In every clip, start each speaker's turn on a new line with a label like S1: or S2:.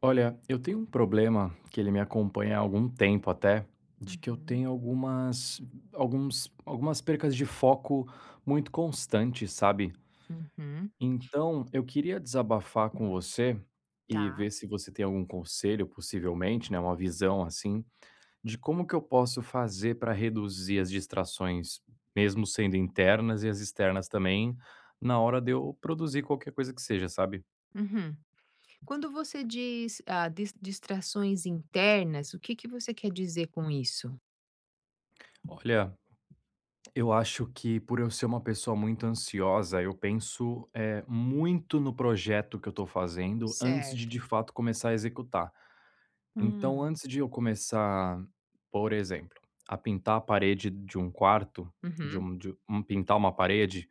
S1: Olha, eu tenho um problema que ele me acompanha há algum tempo até, de que eu
S2: Uhum,
S1: tenho algumas, alguns, algumas percas de foco muito constantes, sabe?
S2: uhum,
S1: Então, eu queria desabafar com você e
S2: tá.
S1: ver se você tem algum conselho, possivelmente, né, uma visão assim, de como que eu posso fazer para reduzir as distrações, mesmo sendo internas e as externas também, na hora de eu produzir qualquer coisa que seja, sabe?
S2: Uhum. Quando você diz, distrações internas, o que que você quer dizer com isso?
S1: Olha, eu acho que por eu ser uma pessoa muito ansiosa, eu penso, muito no projeto que eu estou fazendo antes de
S2: Certo.
S1: fato, começar a executar. Então,
S2: Hum,
S1: antes de eu começar, por exemplo, a pintar a parede de um quarto, de
S2: uhum,
S1: um de um pintar uma parede,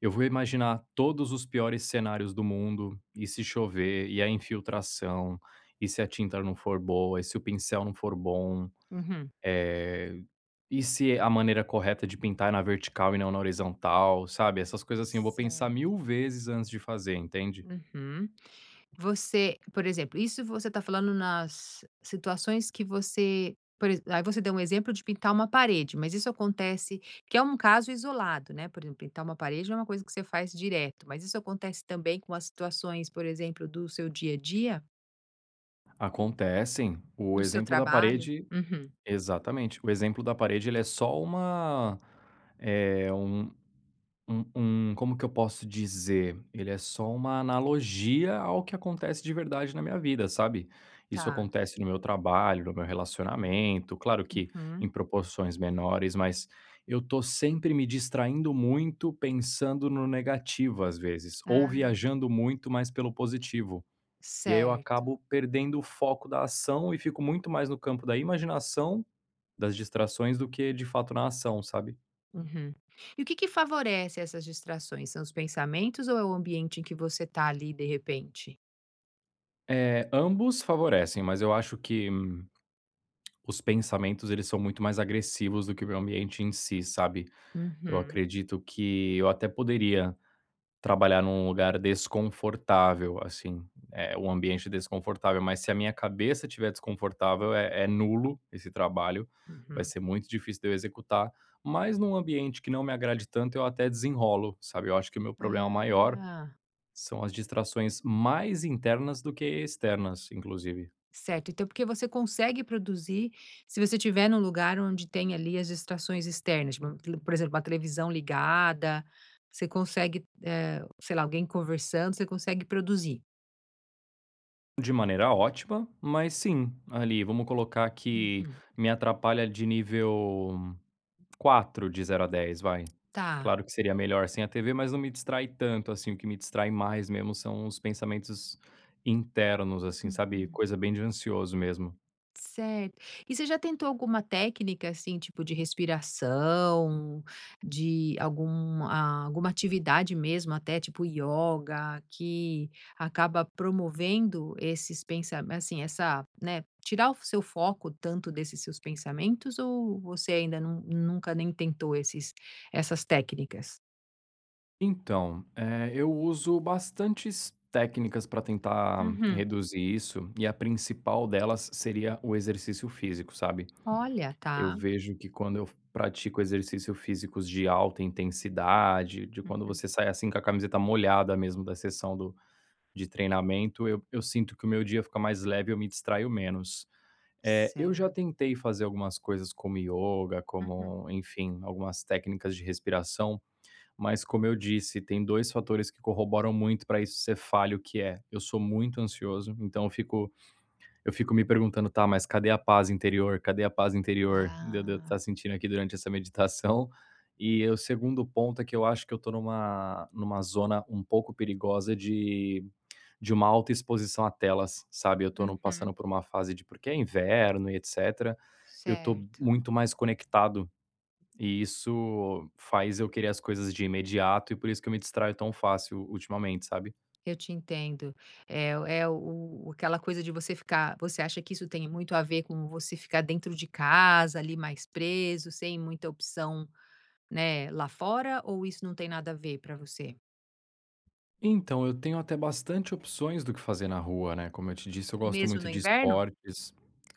S1: eu vou imaginar todos os piores cenários do mundo, e se chover, e a infiltração, e se a tinta não for boa, e se o pincel não for bom,
S2: uhum,
S1: eh, e se a maneira correta de pintar é na vertical e não na horizontal, sabe? Essas coisas assim, eu vou pensar
S2: certo.
S1: mil vezes antes de fazer, entende?
S2: Uhum. Você, por exemplo, isso você está falando nas situações que você por ex aí você deu um exemplo de pintar uma parede, mas isso acontece que é um caso isolado, né, por exemplo, pintar uma parede não é uma coisa que você faz direto, mas isso acontece também com as situações, por exemplo, do seu dia a dia?
S1: Acontecem. O
S2: Do seu
S1: exemplo da
S2: trabalho?
S1: parede
S2: Uhum.
S1: exatamente. O exemplo da parede, ele é só uma, eh, um como que eu posso dizer? Ele é só uma analogia ao que acontece de verdade na minha vida, sabe. Isso
S2: Tá.
S1: acontece no meu trabalho, no meu relacionamento, claro que
S2: Uhum.
S1: em proporções menores, mas eu tô sempre me distraindo muito pensando no negativo, às vezes, ou
S2: Ah,
S1: viajando muito, mais pelo positivo. E aí eu
S2: certo.
S1: acabo perdendo o foco da ação e fico muito mais no campo da imaginação, das distrações, do que de fato na ação, sabe.
S2: Uhum. E o que que favorece essas distrações? São os pensamentos ou é o ambiente em que você está ali, de repente?
S1: É ambos favorecem, mas eu acho que os pensamentos, eles são muito mais agressivos do que o meu ambiente em si, sabe. Eu
S2: Uhum.
S1: acredito que eu até poderia trabalhar num lugar desconfortável, assim, um ambiente desconfortável, mas se a minha cabeça estiver desconfortável, é nulo esse trabalho, vai
S2: Uhum.
S1: ser muito difícil de eu executar. Mas num ambiente que não me agrade tanto, eu até desenrolo, sabe. Eu acho que o meu problema maior
S2: Ah,
S1: são as distrações mais internas do que externas, inclusive.
S2: certo. Então, porque você consegue produzir se você estiver num lugar onde tem ali as distrações externas, tipo, por exemplo, uma televisão ligada, você consegue, sei lá, alguém conversando, você consegue produzir.
S1: De maneira ótima, mas sim, ali, vamos colocar que
S2: Uhum.
S1: me atrapalha de nível 4 de zero a 10, vai.
S2: Tá.
S1: Claro que seria melhor sem a TV, mas não me distrai tanto, assim, o que me distrai mais mesmo são os pensamentos internos, assim, sabe,
S2: Uhum.
S1: coisa bem de ansioso mesmo.
S2: Certo. E você já tentou alguma técnica, assim, tipo de respiração, de alguma atividade mesmo, até tipo ioga, que acaba promovendo esses pensamentos assim, essa, né, tirar o seu foco tanto desses seus pensamentos ou você ainda não nunca nem tentou esses essas técnicas?
S1: Então, eu uso bastantes técnicas para tentar
S2: Uhum.
S1: reduzir isso, e a principal delas seria o exercício físico, sabe?
S2: Olha,
S1: Eu
S2: tá.
S1: vejo que quando eu pratico exercícios físicos de alta intensidade, de quando
S2: Uhum.
S1: você sai assim com a camiseta molhada mesmo da sessão do de treinamento, eu sinto que o meu dia fica mais leve, eu me distraio menos. Eu já
S2: Certo.
S1: tentei fazer algumas coisas como ioga,
S2: Uhum.
S1: como, enfim, algumas técnicas de respiração, mas como eu disse, tem 2 fatores que corroboram muito para isso ser falho, que é: eu sou muito ansioso, então eu fico me perguntando: "Tá, mas cadê a paz interior? Cadê a paz interior de eu de
S2: Ah.
S1: estar sentindo aqui durante essa meditação?" E o segundo ponto é que eu acho que eu tô numa zona um pouco perigosa de uma alta exposição a telas, sabe. Eu tô num
S2: Uhum.
S1: passando por uma fase de porque é inverno e etcétera, eu tô
S2: Certo.
S1: muito mais conectado e isso faz eu querer as coisas de imediato e por isso que eu me distraio tão fácil ultimamente, sabe.
S2: Eu te entendo. É aquela coisa de você ficar você acha que isso tem muito a ver com você ficar dentro de casa, ali, mais preso, sem muita opção, né, lá fora, ou isso não tem nada a ver para você?
S1: Então, eu tenho até bastante opções do que fazer na rua, né, como eu te disse, eu gosto
S2: Mesmo
S1: muito
S2: no
S1: de
S2: inverno?
S1: esportes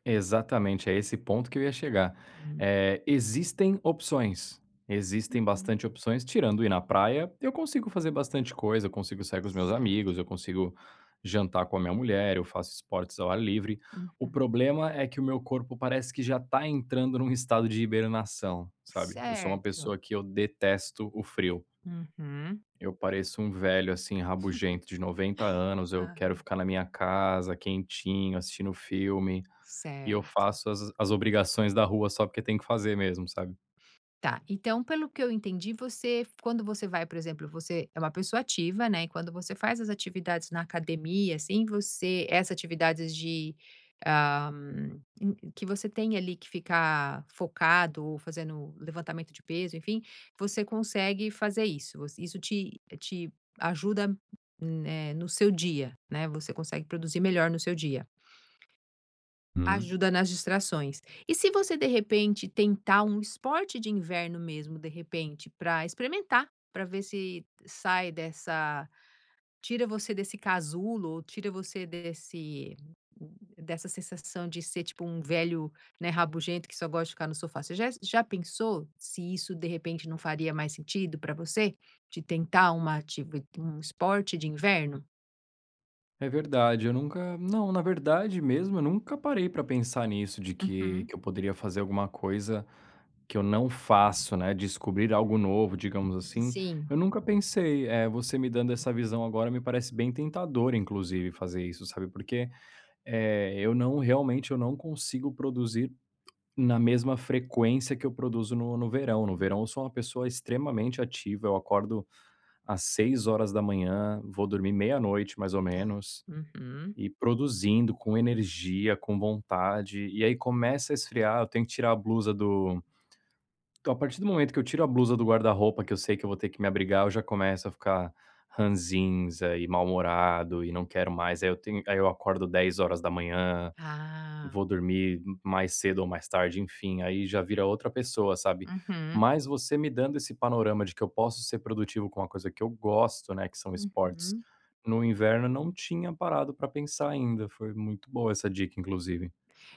S1: exatamente, é esse ponto que eu ia chegar.
S2: Hum.
S1: Existem opções, existem
S2: Uhum.
S1: bastante opções, tirando ir na praia, eu consigo fazer bastante coisa, eu consigo sair com os meus
S2: Certo.
S1: amigos, eu consigo jantar com a minha mulher, eu faço esportes ao ar livre. O
S2: Uhum.
S1: problema é que o meu corpo parece que já tá entrando num estado de hibernação, sabe. Eu sou uma
S2: Certo.
S1: pessoa que eu detesto o frio.
S2: Uhum.
S1: Eu pareço um velho, assim, rabugento de 90 anos, eu quero
S2: Aham.
S1: ficar na minha casa, quentinho, assistindo filme, e eu
S2: Certo.
S1: faço as obrigações da rua só porque tem que fazer mesmo, sabe.
S2: Tá, então pelo que eu entendi, você quando você vai, por exemplo, você é uma pessoa ativa, né, e quando você faz as atividades na academia, assim, você essas atividades ah, em que você tem ali que ficar focado ou fazendo levantamento de peso, enfim, você consegue fazer isso, você isso te ajuda, né, no seu dia, né, você consegue produzir melhor no seu dia.
S1: Hum.
S2: Ajuda nas distrações. E se você de repente tentar um esporte de inverno mesmo, de repente, para experimentar, para ver se sai dessa tira você desse casulo ou tira você desse dessa sensação de ser tipo um velho, né, rabugento que só gosta de ficar no sofá. Você já pensou se isso de repente não faria mais sentido para você de tentar um esporte de inverno?
S1: É verdade, eu nunca não, na verdade mesmo, eu nunca parei pra pensar nisso de
S2: Uhum.
S1: que eu poderia fazer alguma coisa que eu não faço, né, descobrir algo novo, digamos assim.
S2: Sim.
S1: Eu nunca pensei, você me dando essa visão agora me parece bem tentador inclusive fazer isso, sabe, porque é, eu não realmente eu não consigo produzir na mesma frequência que eu produzo no verão. No
S2: Hum.
S1: verão eu sou uma pessoa extremamente ativa, eu acordo às 6 horas da manhã, vou dormir meia-noite mais ou
S2: Tá.
S1: menos,
S2: Uhum.
S1: e produzindo com energia, com vontade, e aí começa a esfriar, eu tenho que tirar a blusa do então, a partir do momento que eu tiro a blusa do guarda-roupa, que eu sei que eu vou ter que me abrigar, eu já começo a ficar ranzinza e mal-humorado e não quero mais, aí eu tenho aí eu acordo 10 horas da manhã
S2: Ah.
S1: vou dormir mais cedo ou mais tarde, enfim, aí já vira outra pessoa, sabe.
S2: Uhum,
S1: Mas você me dando esse panorama de que eu posso ser produtivo com uma coisa que eu gosto, né, que são esportes,
S2: uhum.
S1: no inverno eu não tinha parado para pensar ainda, foi muito boa essa dica inclusive.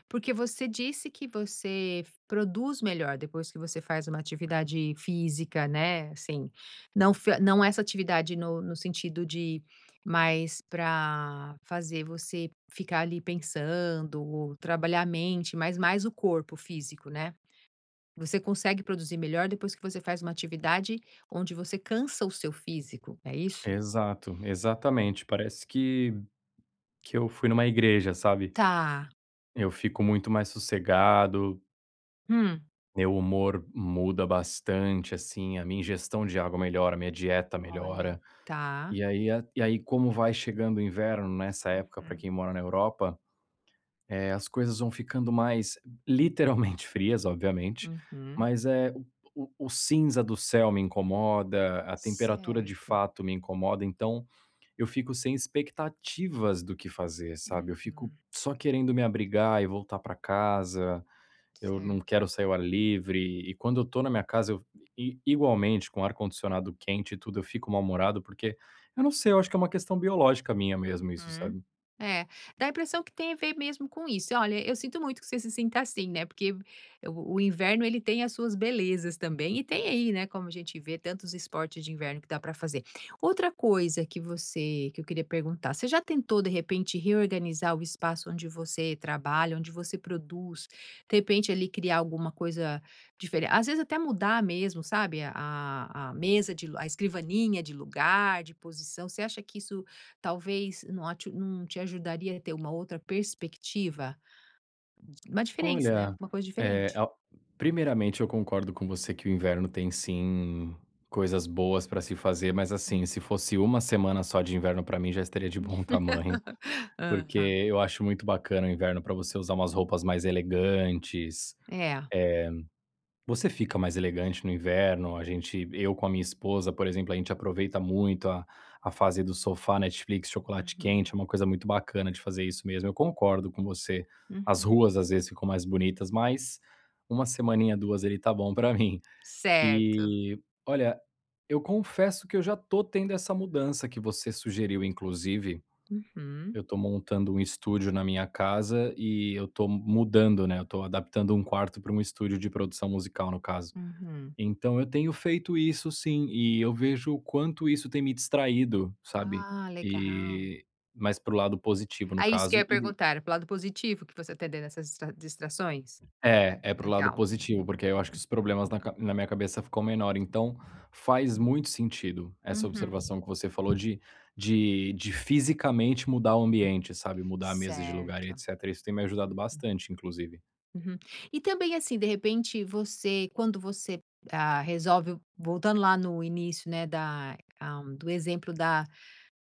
S2: Porque você disse que você produz melhor depois que você faz uma atividade física, né, assim, não essa atividade no sentido de mais para fazer você ficar ali pensando ou trabalhar a mente, mas mais o corpo físico, né. Você consegue produzir melhor depois que você faz uma atividade onde você cansa o seu físico, é isso?
S1: Exato, exatamente, parece que eu fui numa igreja, sabe.
S2: Tá.
S1: Eu fico muito mais sossegado,
S2: Hum.
S1: meu humor muda bastante, assim, a minha ingestão de água melhora, a minha dieta
S2: Olha.
S1: melhora.
S2: Tá.
S1: E aí a e aí como vai chegando o inverno nessa época para
S2: Uhum,
S1: quem mora na Europa, as coisas vão ficando mais literalmente frias, obviamente,
S2: uhum.
S1: mas, é o o cinza do céu me incomoda, a temperatura de
S2: Certo.
S1: fato me incomoda, então eu fico sem expectativas do que fazer, sabe. Eu fico
S2: Uhum.
S1: só querendo me abrigar e voltar para casa. Eu não
S2: Certo.
S1: quero sair ao ar livre, e quando eu tô na minha casa eu i igualmente com ar-condicionado quente e tudo, eu fico mal-humorado, porque eu não sei, eu acho que é uma questão biológica minha mesmo isso,
S2: Uhum.
S1: sabe.
S2: É, dá a impressão que tem a ver mesmo com isso. Olha, eu sinto muito que você se sinta assim, né? Porque o inverno ele tem as suas belezas também, e tem aí, né? Como a gente vê, tantos esportes de inverno que dá para fazer. Outra coisa que eu queria perguntar, você já tentou de repente reorganizar o espaço onde você trabalha, onde você produz, de repente ali criar alguma coisa diferente? Às vezes até mudar mesmo, sabe? A mesa a escrivaninha de lugar, de posição. Você acha que isso talvez não te ajudaria a ter uma outra perspectiva? Uma diferença, né,
S1: Olha,
S2: uma coisa
S1: eh,
S2: diferente.
S1: a primeiramente eu concordo com você que o inverno tem sim coisas boas pra se fazer,
S2: Hum.
S1: mas assim, se fosse uma semana só de inverno pra mim já estaria de bom tamanho, porque
S2: Aham.
S1: eu acho muito bacana o inverno pra você usar umas roupas mais elegantes,
S2: É.
S1: eh você fica mais elegante no inverno, a gente eu com a minha esposa, por exemplo, a gente aproveita muito a fase do sofá, Netflix, chocolate quente,
S2: Uhum,
S1: é uma coisa muito bacana de fazer isso mesmo. Eu concordo com você. As
S2: uhum.
S1: ruas às vezes ficam mais bonitas, mas uma semaninha, 2, ele tá bom pra mim.
S2: Certo.
S1: E olha, eu confesso que eu já tô tendo essa mudança que você sugeriu inclusive.
S2: Uhum.
S1: Eu tô montando um estúdio na minha casa e eu tô mudando, né, eu tô adaptando um quarto para um estúdio de produção musical, no caso.
S2: Uhum.
S1: Então eu tenho feito isso sim, e eu vejo o quanto isso tem me distraído, sabe.
S2: Ah, legal.
S1: E mas para o lado positivo no
S2: Aí isso que
S1: caso
S2: eu ia
S1: e
S2: perguntar, pro lado positivo que você tá nessas distrações?
S1: é, é para o lado
S2: Legal.
S1: positivo, porque aí eu acho que os problemas na ca na minha cabeça ficam menor, então faz muito sentido essa
S2: Uhum.
S1: observação que você falou de de fisicamente mudar o ambiente, sabe, mudar a mesa de lugar e
S2: Certo.
S1: etcétera, isso tem me ajudado bastante inclusive.
S2: Uhum. E também, assim, de repente, você, quando você resolve, voltando lá no início, né, do exemplo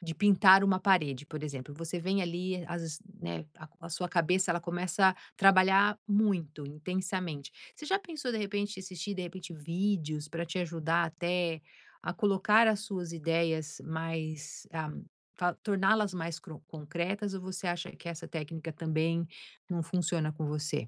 S2: de pintar uma parede, por exemplo, você vem ali, às vezes, né, a sua cabeça ela começa a trabalhar muito, intensamente. Você já pensou, de repente, em assistir, de repente, vídeos para te ajudar até a colocar as suas ideias mais, torná-las mais concretas, ou você acha que essa técnica também não funciona com você?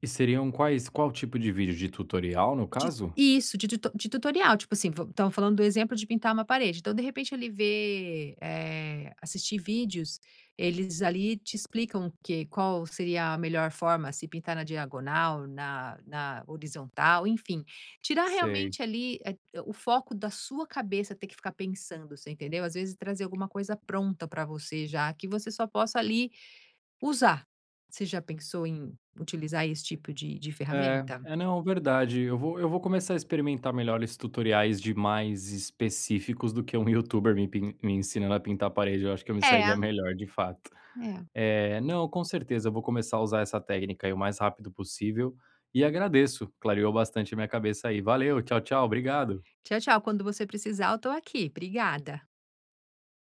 S1: E seriam quais qual tipo de vídeo? De tutorial no
S2: De
S1: caso?
S2: isso, de tutorial, tipo assim, va estamos falando do exemplo de pintar uma parede, então de repente ele vê, assistir vídeos, eles ali te explicam que qual seria a melhor forma, se pintar na diagonal, na horizontal, enfim, tirar
S1: Sei.
S2: realmente ali, o foco da sua cabeça ter que ficar pensando, você entendeu? Às vezes trazer alguma coisa pronta para você já, que você só possa ali usar. Você já pensou em utilizar esse tipo de
S1: É,
S2: ferramenta?
S1: é não, verdade. Eu vou começar a experimentar melhor esses tutoriais de mais específicos do que um youtuber me pin me ensinando a pintar a parede, eu acho que eu me sairia
S2: É,
S1: melhor de fato.
S2: é.
S1: É, não, com certeza eu vou começar a usar essa técnica aí o mais rápido possível e agradeço, clareou bastante a minha cabeça aí. Valeu, tchau, tchau, obrigado.
S2: Tchau, tchau. Quando você precisar, eu estou aqui. Obrigada.